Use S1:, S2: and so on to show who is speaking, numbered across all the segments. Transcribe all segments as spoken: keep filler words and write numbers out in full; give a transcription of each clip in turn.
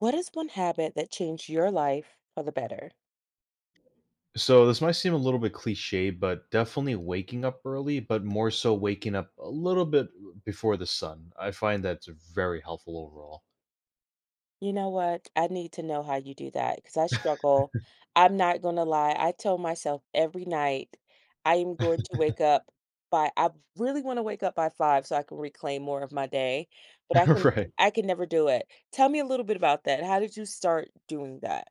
S1: What is one habit that changed your life for the better?
S2: So this might seem a little bit cliche, but definitely waking up early, but more so waking up a little bit before the sun. I find that's very helpful overall.
S1: You know what? I need to know how you do that because I struggle. I'm not going to lie. I tell myself every night I am going to wake up by I really want to wake up by five so I can reclaim more of my day, but I can
S2: Right.
S1: I can never do it. Tell me a little bit about that. How did you start doing that?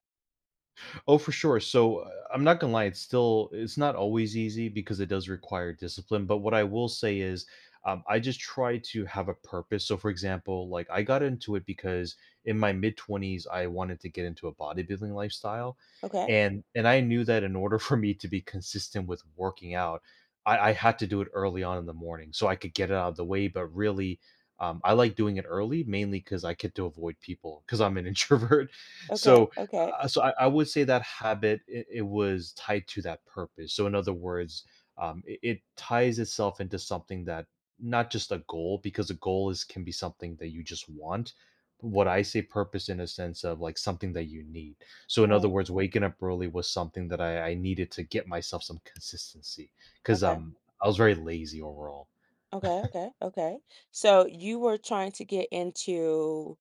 S2: Oh, for sure. So uh, I'm not gonna lie, it's still it's not always easy because it does require discipline. But what I will say is, um, I just try to have a purpose. So, for example, like I got into it because in my mid twenties, I wanted to get into a bodybuilding lifestyle,
S1: Okay.
S2: and and I knew that in order for me to be consistent with working out, I, I had to do it early on in the morning so I could get it out of the way. But really. Um, I like doing it early, mainly because I get to avoid people because I'm an introvert.
S1: Okay.
S2: So
S1: Okay.
S2: uh, so I, I would say that habit it, it was tied to that purpose. So in other words, um, it, it ties itself into something that not just a goal because a goal is can be something that you just want. But what I say purpose in a sense of like something that you need. So in
S1: All
S2: other
S1: right.
S2: words, waking up early was something that I, I needed to get myself some consistency because
S1: Okay.
S2: um I was very lazy overall.
S1: Okay, okay, okay. So you were trying to get into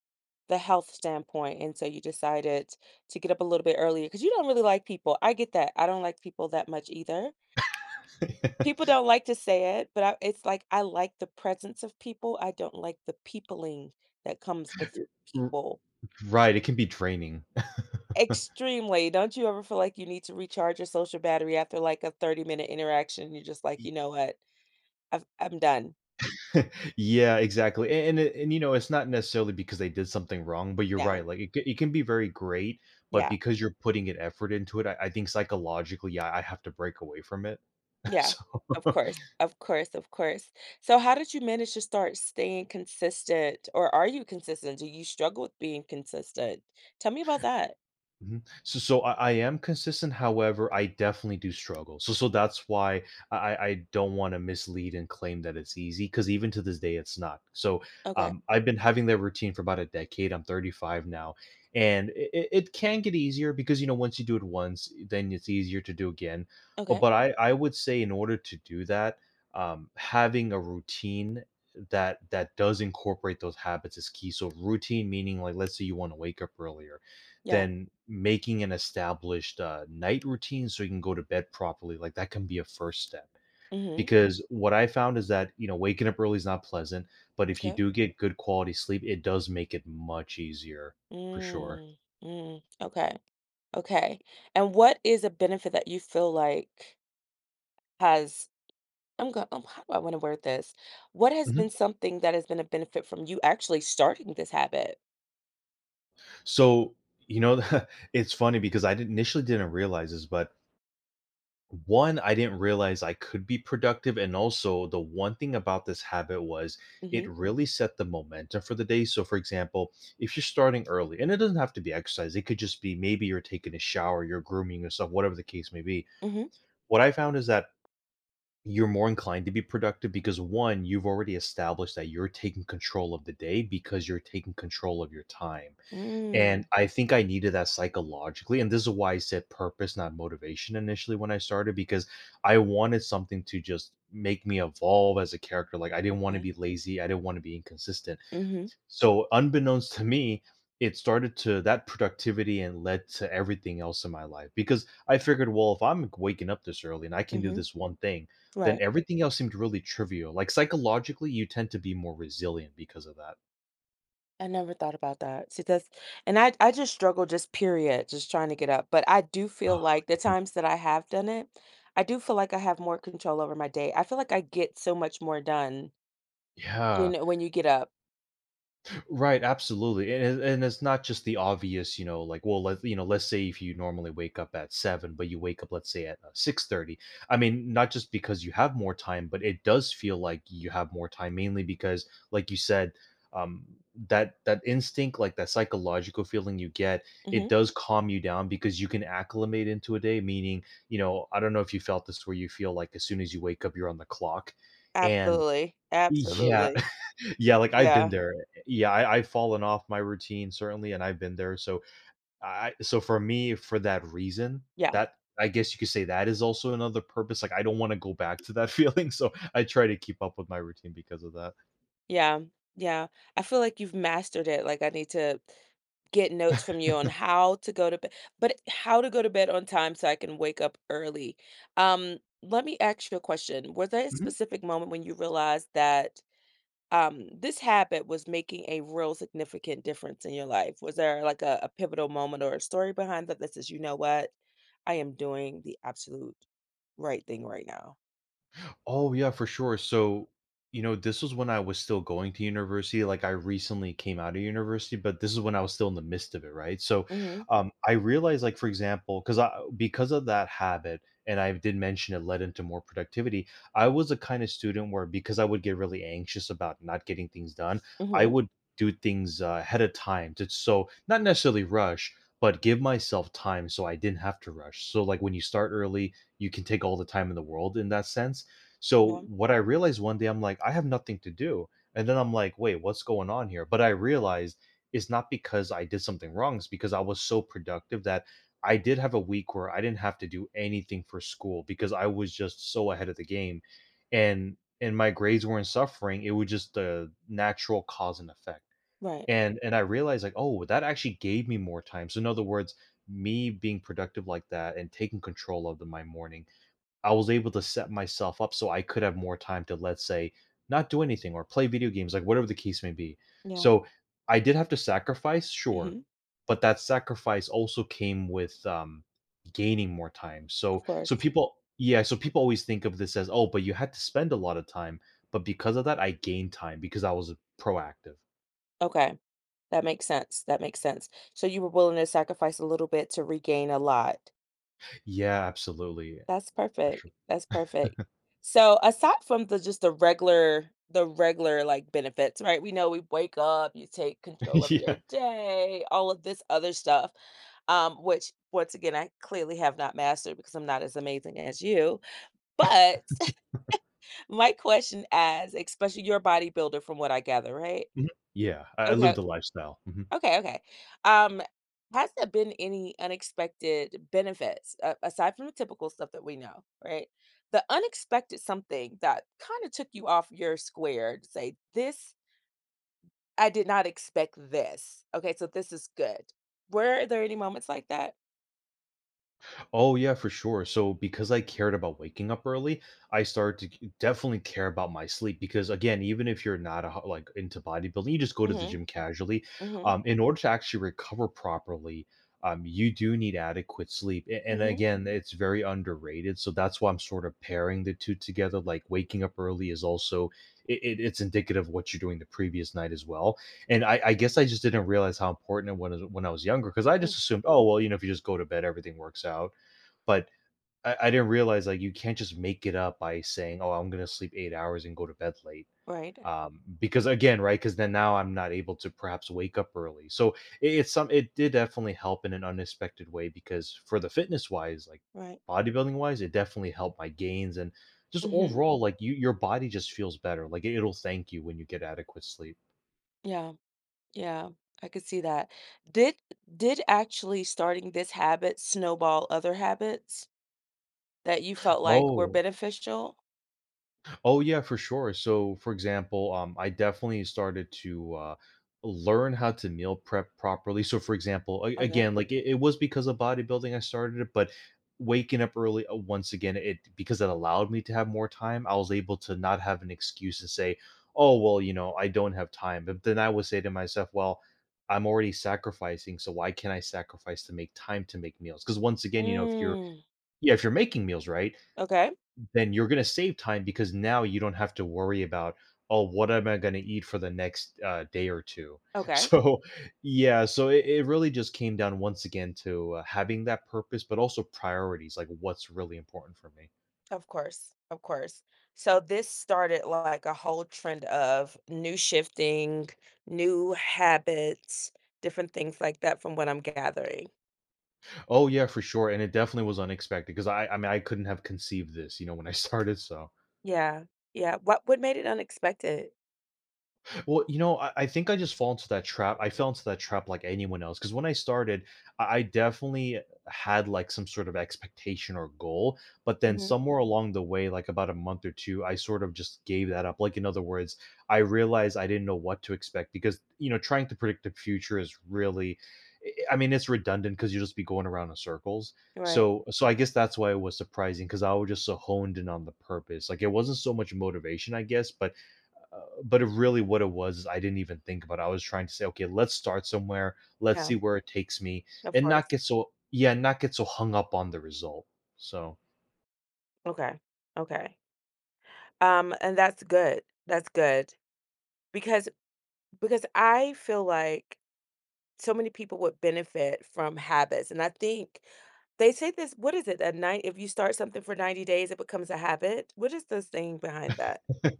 S1: the health standpoint, and so you decided to get up a little bit earlier because you don't really like people. I get that. I don't like people that much either. People don't like to say it, but I, it's like I like the presence of people. I don't like the peopling that comes with
S2: R-
S1: people.
S2: right, it can be draining.
S1: Extremely. Don't you ever feel like you need to recharge your social battery after like a thirty minute interaction? You're just like, you know what? I've, I'm done
S2: Yeah, exactly. A- And, it- and you know, it's not necessarily because they did something wrong, but you're right.
S1: now.
S2: Like it, c- it can be very great, but
S1: Yeah.
S2: because you're putting an effort into it, I, I think psychologically, yeah, I have to break away from it.
S1: Yeah.
S2: So.
S1: Of course, of course, of course. So how did you manage to start staying consistent, or are you consistent? Do you struggle with being consistent? Tell me about that.
S2: Mhm. So so I I am consistent, however, I definitely do struggle. So so that's why I I I don't wanna mislead and claim that it's easy because even to this day, it's not. So,
S1: Okay.
S2: um, I've been having that routine for about a decade, I'm thirty-five now, and it it can get easier because, you know, once you do it once, then it's easier to do again. But
S1: Okay.
S2: but I I would say in order to do that, um, having a routine that that does incorporate those habits is key. So routine meaning, like, let's say you wanna wake up earlier.
S1: Yeah.
S2: Then making an established, uh, night routine so you can go to bed properly, like, that can be a first step.
S1: Mhm.
S2: Because what I found is that, you know, waking up early is not pleasant, but if you
S1: Okay.
S2: do get good quality sleep, it does make it much easier for sure.
S1: Mm. Mm. Okay. Okay. And what is a benefit that you feel like has I'm going um, how do I want to word this? What has been
S2: Mhm.
S1: something that has been a benefit from you actually starting this habit?
S2: So, you know, it's funny because I didn't initially didn't realize this, but one, I didn't realize I could be productive, and also the one thing about this habit was it
S1: Mhm.
S2: really set the momentum for the day. So, for example, if you're starting early, and it doesn't have to be exercise, it could just be maybe you're taking a shower, you're grooming yourself, whatever the case may be.
S1: Mhm.
S2: What I found is that you're more inclined to be productive because one, you've already established that you're taking control of the day because you're taking control of your time.
S1: Mm.
S2: And I think I needed that psychologically. And this is why I said purpose, not motivation initially when I started, because I wanted something to just make me evolve as a character. Like I didn't want to
S1: Okay.
S2: be lazy, I didn't want to be inconsistent.
S1: Mhm.
S2: So, unbeknownst to me, it started to that productivity and led to everything else in my life because I figured, well, if I'm waking up this early and I can do
S1: Mhm.
S2: this one thing, then
S1: Right.
S2: everything else seemed really trivial. Like psychologically, you tend to be more resilient because of that.
S1: I never thought about that. See, that's and I I just struggle just period, just trying to get up. But I do feel
S2: Oh,
S1: like the times that I have done it, I do feel like I have more control over my day. I feel like I get so much more done, you
S2: yeah.
S1: know, when you get up.
S2: Right, absolutely, and it- and it's not just the obvious, you know, like well, let you know, let's say if you normally wake up at seven, but you wake up, let's say at uh, six thirty. I mean, not just because you have more time, but it does feel like you have more time, mainly because, like you said, um, that that instinct, like that psychological feeling you get, it
S1: hmm
S2: does calm you down because you can acclimate into a day. Meaning, you know, I don't know if you felt this where you feel like as soon as you wake up, you're on the clock, and
S1: Absolutely.
S2: yeah
S1: Absolutely.
S2: yeah, like, I've been
S1: Yeah.
S2: there. Yeah, I I've fallen off my routine certainly, and I've been there, so I so for me, for that reason,
S1: Yeah.
S2: that I guess you could say that is also another purpose, like, I don't wanna go back to that feeling, so I try to keep up with my routine because of that.
S1: Yeah. Yeah. I feel like you've mastered it. Like I need to get notes from you on how to go to bed but how to go to bed on time so I can wake up early. Um, let me ask you a question. Was there a
S2: Mhm.
S1: specific moment when you realized that um, this habit was making a real significant difference in your life? Was there like a, a pivotal moment or a story behind that that says, you know what, I am doing the absolute right thing right now?
S2: Oh, yeah, for sure. So, you know, this was when I was still going to university. Like, I recently came out of university, but this is when I was still in the midst of it, right? So,
S1: Mm-hmm.
S2: um, I realized, like, for example, because I because of that habit, and I did mention it led into more productivity. I was a kind of student where because I would get really anxious about not getting things done, I
S1: Mm-hmm.
S2: would do things uh, ahead of time to so not necessarily rush, but give myself time so I didn't have to rush. So, like, when you start early, you can take all the time in the world in that sense so
S1: Yeah.
S2: what I realized one day, I'm like, I have nothing to do. And then I'm like, wait, what's going on here? But I realized it's not because I did something wrong, it's because I was so productive that I did have a week where I didn't have to do anything for school because I was just so ahead of the game. And and my grades weren't suffering. It was just the natural cause and effect.
S1: Right.
S2: And and I realized like, oh, that actually gave me more time. So in other words, me being productive like that and taking control of the, my morning I was able to set myself up so I could have more time to, let's say, not do anything or play video games, like whatever the case may be.
S1: Yeah.
S2: So I did have to sacrifice, sure,
S1: Mm-hmm.
S2: but that sacrifice also came with um, gaining more time. So,
S1: Of
S2: so
S1: course.
S2: people, yeah, so people always think of this as, oh, but you had to spend a lot of time, but because of that, I gained time because I was proactive.
S1: Okay. That makes sense, that makes sense. So you were willing to sacrifice a little bit to regain a lot.
S2: Yeah, absolutely,
S1: That's
S2: for
S1: perfect,
S2: sure.
S1: that's perfect. So aside from the just the regular the regular, like, benefits, right? We know we wake up, you take control of
S2: Yeah,
S1: your day, all of this other stuff, um, which once again, I clearly have not mastered because I'm not as amazing as you. But my question as especially your bodybuilder from what I gather, right?
S2: mhm. Yeah, I I lived
S1: Okay.
S2: the lifestyle. Mm-hmm.
S1: Okay, okay. Um, has there been any unexpected benefits uh, aside from the typical stuff that we know, right? The unexpected something that kind of took you off your square to say, this, I did not expect this. Okay, so this is good. Were there any moments like that?
S2: Oh yeah, for sure. So because I cared about waking up early, I started to c- definitely care about my sleep because again, even if you're not a, ho- like into bodybuilding, you just go to the
S1: Mm-hmm.
S2: gym casually.
S1: Mm-hmm.
S2: Um, in order to actually recover properly, um, you do need adequate sleep. A- And
S1: Mm-hmm.
S2: again, it's very underrated. So that's why I'm sort of pairing the two together. Like waking up early is also it, it, it's indicative of what you're doing the previous night as well. And I, I guess I just didn't realize how important it was when I was younger because I
S1: mm,
S2: just assumed, oh well, you know, if you just go to bed, everything works out but I, I didn't realize like you can't just make it up by saying, "Oh, I'm gonna sleep eight hours and go to bed late."
S1: Right.
S2: Um, because again, right? Because then now I'm not able to perhaps wake up early. So it, it's some. It did definitely help in an unexpected way because for the fitness wise, like
S1: Right.
S2: bodybuilding wise, it definitely helped my gains and just
S1: Mm-hmm.
S2: overall, like you, your body just feels better. Like it, it'll thank you when you get adequate sleep.
S1: Yeah. Yeah. I could see that. Did did actually starting this habit snowball other habits? That you felt like were
S2: Oh,
S1: beneficial?
S2: Oh yeah, for sure. So, for example, um, I definitely started to uh, learn how to meal prep properly. So, for example, a-
S1: Okay.
S2: again, like it, it was because of bodybuilding I started it, but waking up early uh, once again, it because it allowed me to have more time. I was able to not have an excuse to say, "Oh well, you know, I don't have time." But then I would say to myself, "Well." I'm already sacrificing, so why can't I sacrifice to make time to make meals? Because once again, you know, if you're
S1: Mm,
S2: yeah, if you're making meals, right?
S1: okay,
S2: Then you're going to save time because now you don't have to worry about, oh, what am I going to eat for the next uh, day or two?
S1: okay.
S2: So yeah, so it, it really just came down once again to uh, having that purpose but also priorities, like what's really important for me.
S1: Of course, of course. So this started like a whole trend of new shifting, new habits, different things like that from what I'm gathering.
S2: Oh yeah, for sure. And it definitely was unexpected because i i mean, I couldn't have conceived this, you know, when I started. So
S1: Yeah, yeah. What what made it unexpected?
S2: well, you know, I, I think I just fall into that trap. I fell into that trap like anyone else, because when I started, I, I definitely had like some sort of expectation or goal, but then
S1: Mhm.
S2: somewhere along the way, like about a month or two, I sort of just gave that up. Like, in other words, I realized I didn't know what to expect, because you know, trying to predict the future is really, I I mean, it's redundant because you'll just be going around in circles.
S1: Right.
S2: So, so I guess that's why it was surprising, because I was just so honed in on the purpose. Like, it wasn't so much motivation, I guess, but uh, but it really, what it was is I didn't even think about it. I was trying to say, okay, let's start somewhere, let's
S1: Yeah,
S2: see where it takes me,
S1: of
S2: and not
S1: course.
S2: get so, yeah, not get so hung up on the result. So
S1: Okay. Okay. Um, and that's good. That's good because because I feel like so many people would benefit from habits, and I think they say this, what is it? A night if you start something for ninety days, it becomes a habit? What is the thing behind that?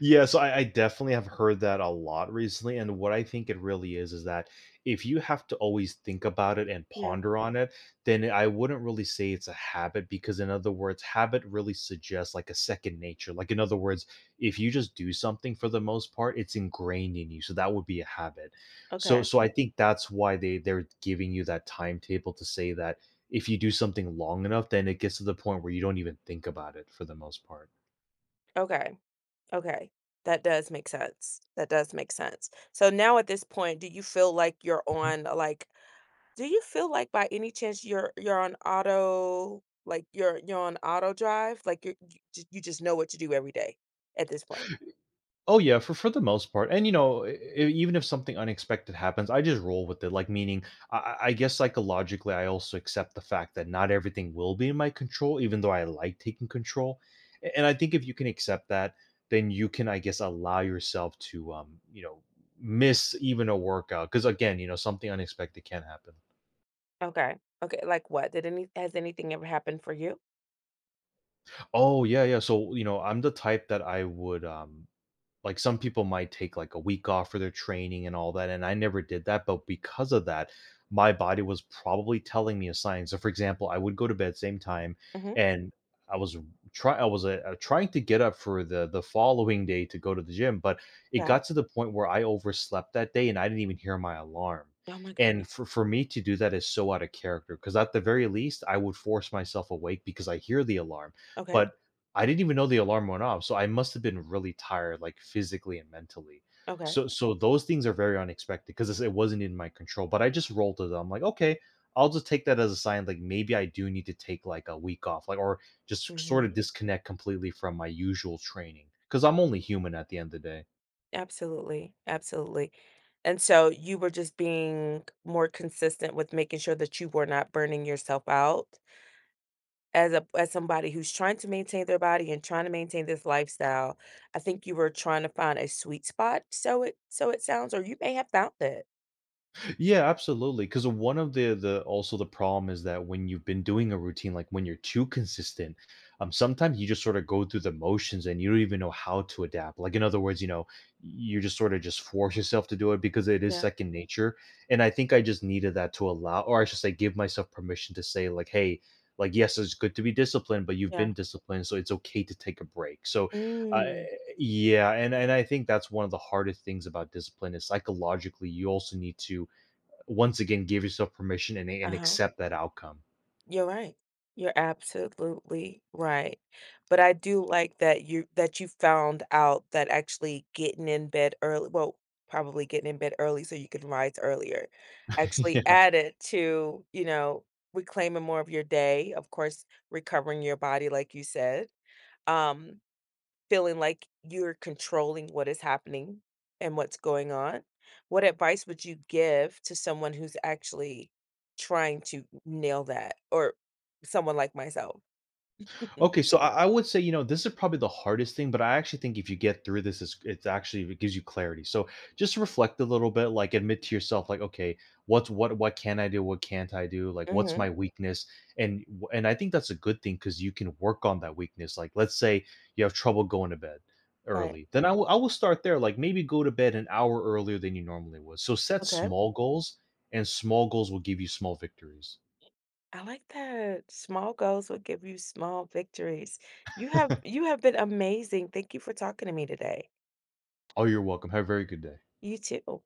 S2: yeah, so I, I definitely have heard that a lot recently. And what I think it really is is that if you have to always think about it and
S1: Yeah.
S2: ponder on it, then I wouldn't really say it's a habit, because in other words, habit really suggests like a second nature. Like, in other words, if you just do something for the most part, it's ingrained in you. So that would be a habit. So,
S1: Okay.
S2: so I think that's why they they're giving you that timetable, to say that if you do something long enough, then it gets to the point where you don't even think about it for the most part.
S1: Okay. Okay. That does make sense. That does make sense. So now at this point, do you feel like you're on like do you feel like by any chance you're you're on auto like you're you're on auto drive? Like you're you, ju- you just know what to do every day at this point.
S2: Oh yeah, for for the most part, and you know, e e even if something unexpected happens, I just roll with it, like, meaning, I I I guess psychologically, I also accept the fact that not everything will be in my control, even though I like taking control, a and I think if you can accept that, then you can, I guess, allow yourself to, um, you know, miss even a workout because again, you know, something unexpected can happen.
S1: Okay. Okay, like what? Did any has anything ever happened for you?
S2: Oh, yeah, yeah, so, you know, I'm the type that I would, um like, some people might take like a week off for their training and all that, and I never did that, but because of that, my body was probably telling me a sign. So for example, I would go to bed same time,
S1: Mhm.
S2: and I was try i was uh, trying to get up for the the following day to go to the gym, but it
S1: Yeah.
S2: got to the point where I overslept that day and I didn't even hear my alarm.
S1: Oh my
S2: And
S1: goodness.
S2: for, for me to do that is so out of character, because at the very least I would force myself awake because I hear the alarm.
S1: Okay.
S2: But I didn't even know the alarm went off, so I must have been really tired, like, physically and mentally.
S1: Okay.
S2: So so those things are very unexpected, because it wasn't in my control, but I just rolled with it. I'm like, "Okay, I'll just take that as a sign, like, maybe I do need to take, like, a week off, like, or just sort of
S1: Mhm.
S2: disconnect completely from my usual training, because 'cause I'm only human at the end of the day."
S1: Absolutely. Absolutely. And so you were just being more consistent with making sure that you were not burning yourself out as a as somebody who's trying to maintain their body and trying to maintain this lifestyle. I think you were trying to find a sweet spot, so it so it sounds, or you may have found it.
S2: Yeah, absolutely. Because one of the the also, the problem is that when you've been doing a routine, like when you're too consistent, um, sometimes you just sort of go through the motions and you don't even know how to adapt. Like, in other words, you know, you just sort of just force yourself to do it because it is
S1: Yeah.
S2: second nature. And I think I just needed that to allow, or I should say, give myself permission to say, like, hey. Like, yes, it's good to be disciplined, but you've
S1: Yeah.
S2: been disciplined, so it's okay to take a break. So, uh,
S1: Mm.
S2: yeah. Yeah, and and I think that's one of the hardest things about discipline is psychologically. You also need to, once again, give yourself permission and, and
S1: Uh-huh.
S2: accept that outcome.
S1: You're right. You're absolutely right. But I do like that you that you found out that actually getting in bed early, well, probably getting in bed early so you can rise earlier, actually added to, you know, reclaiming more of your day, of course, recovering your body like you said. Um, Feeling like you're controlling what is happening and what's going on, what advice would you give to someone who's actually trying to nail that or someone like myself?
S2: Okay, so I, I would say, you know, this is probably the hardest thing, but I actually think if you get through this, it's, it's actually, it gives you clarity. So just reflect a little bit, like admit to yourself, like, okay, what's what what can I do? What can't I do? Like, what's
S1: hmm
S2: my weakness? And w- and I think that's a good thing, because you can work on that weakness. Like, let's say you have trouble going to bed
S1: Right.
S2: early. Then I will I will start there. Like, maybe go to bed an hour earlier than you normally would. So set
S1: Okay.
S2: small goals, and small goals will give you small victories.
S1: I like that, small goals will give you small victories. You have you have been amazing. Thank you for talking to me today.
S2: Oh, you're welcome. Have a very good day.
S1: You too.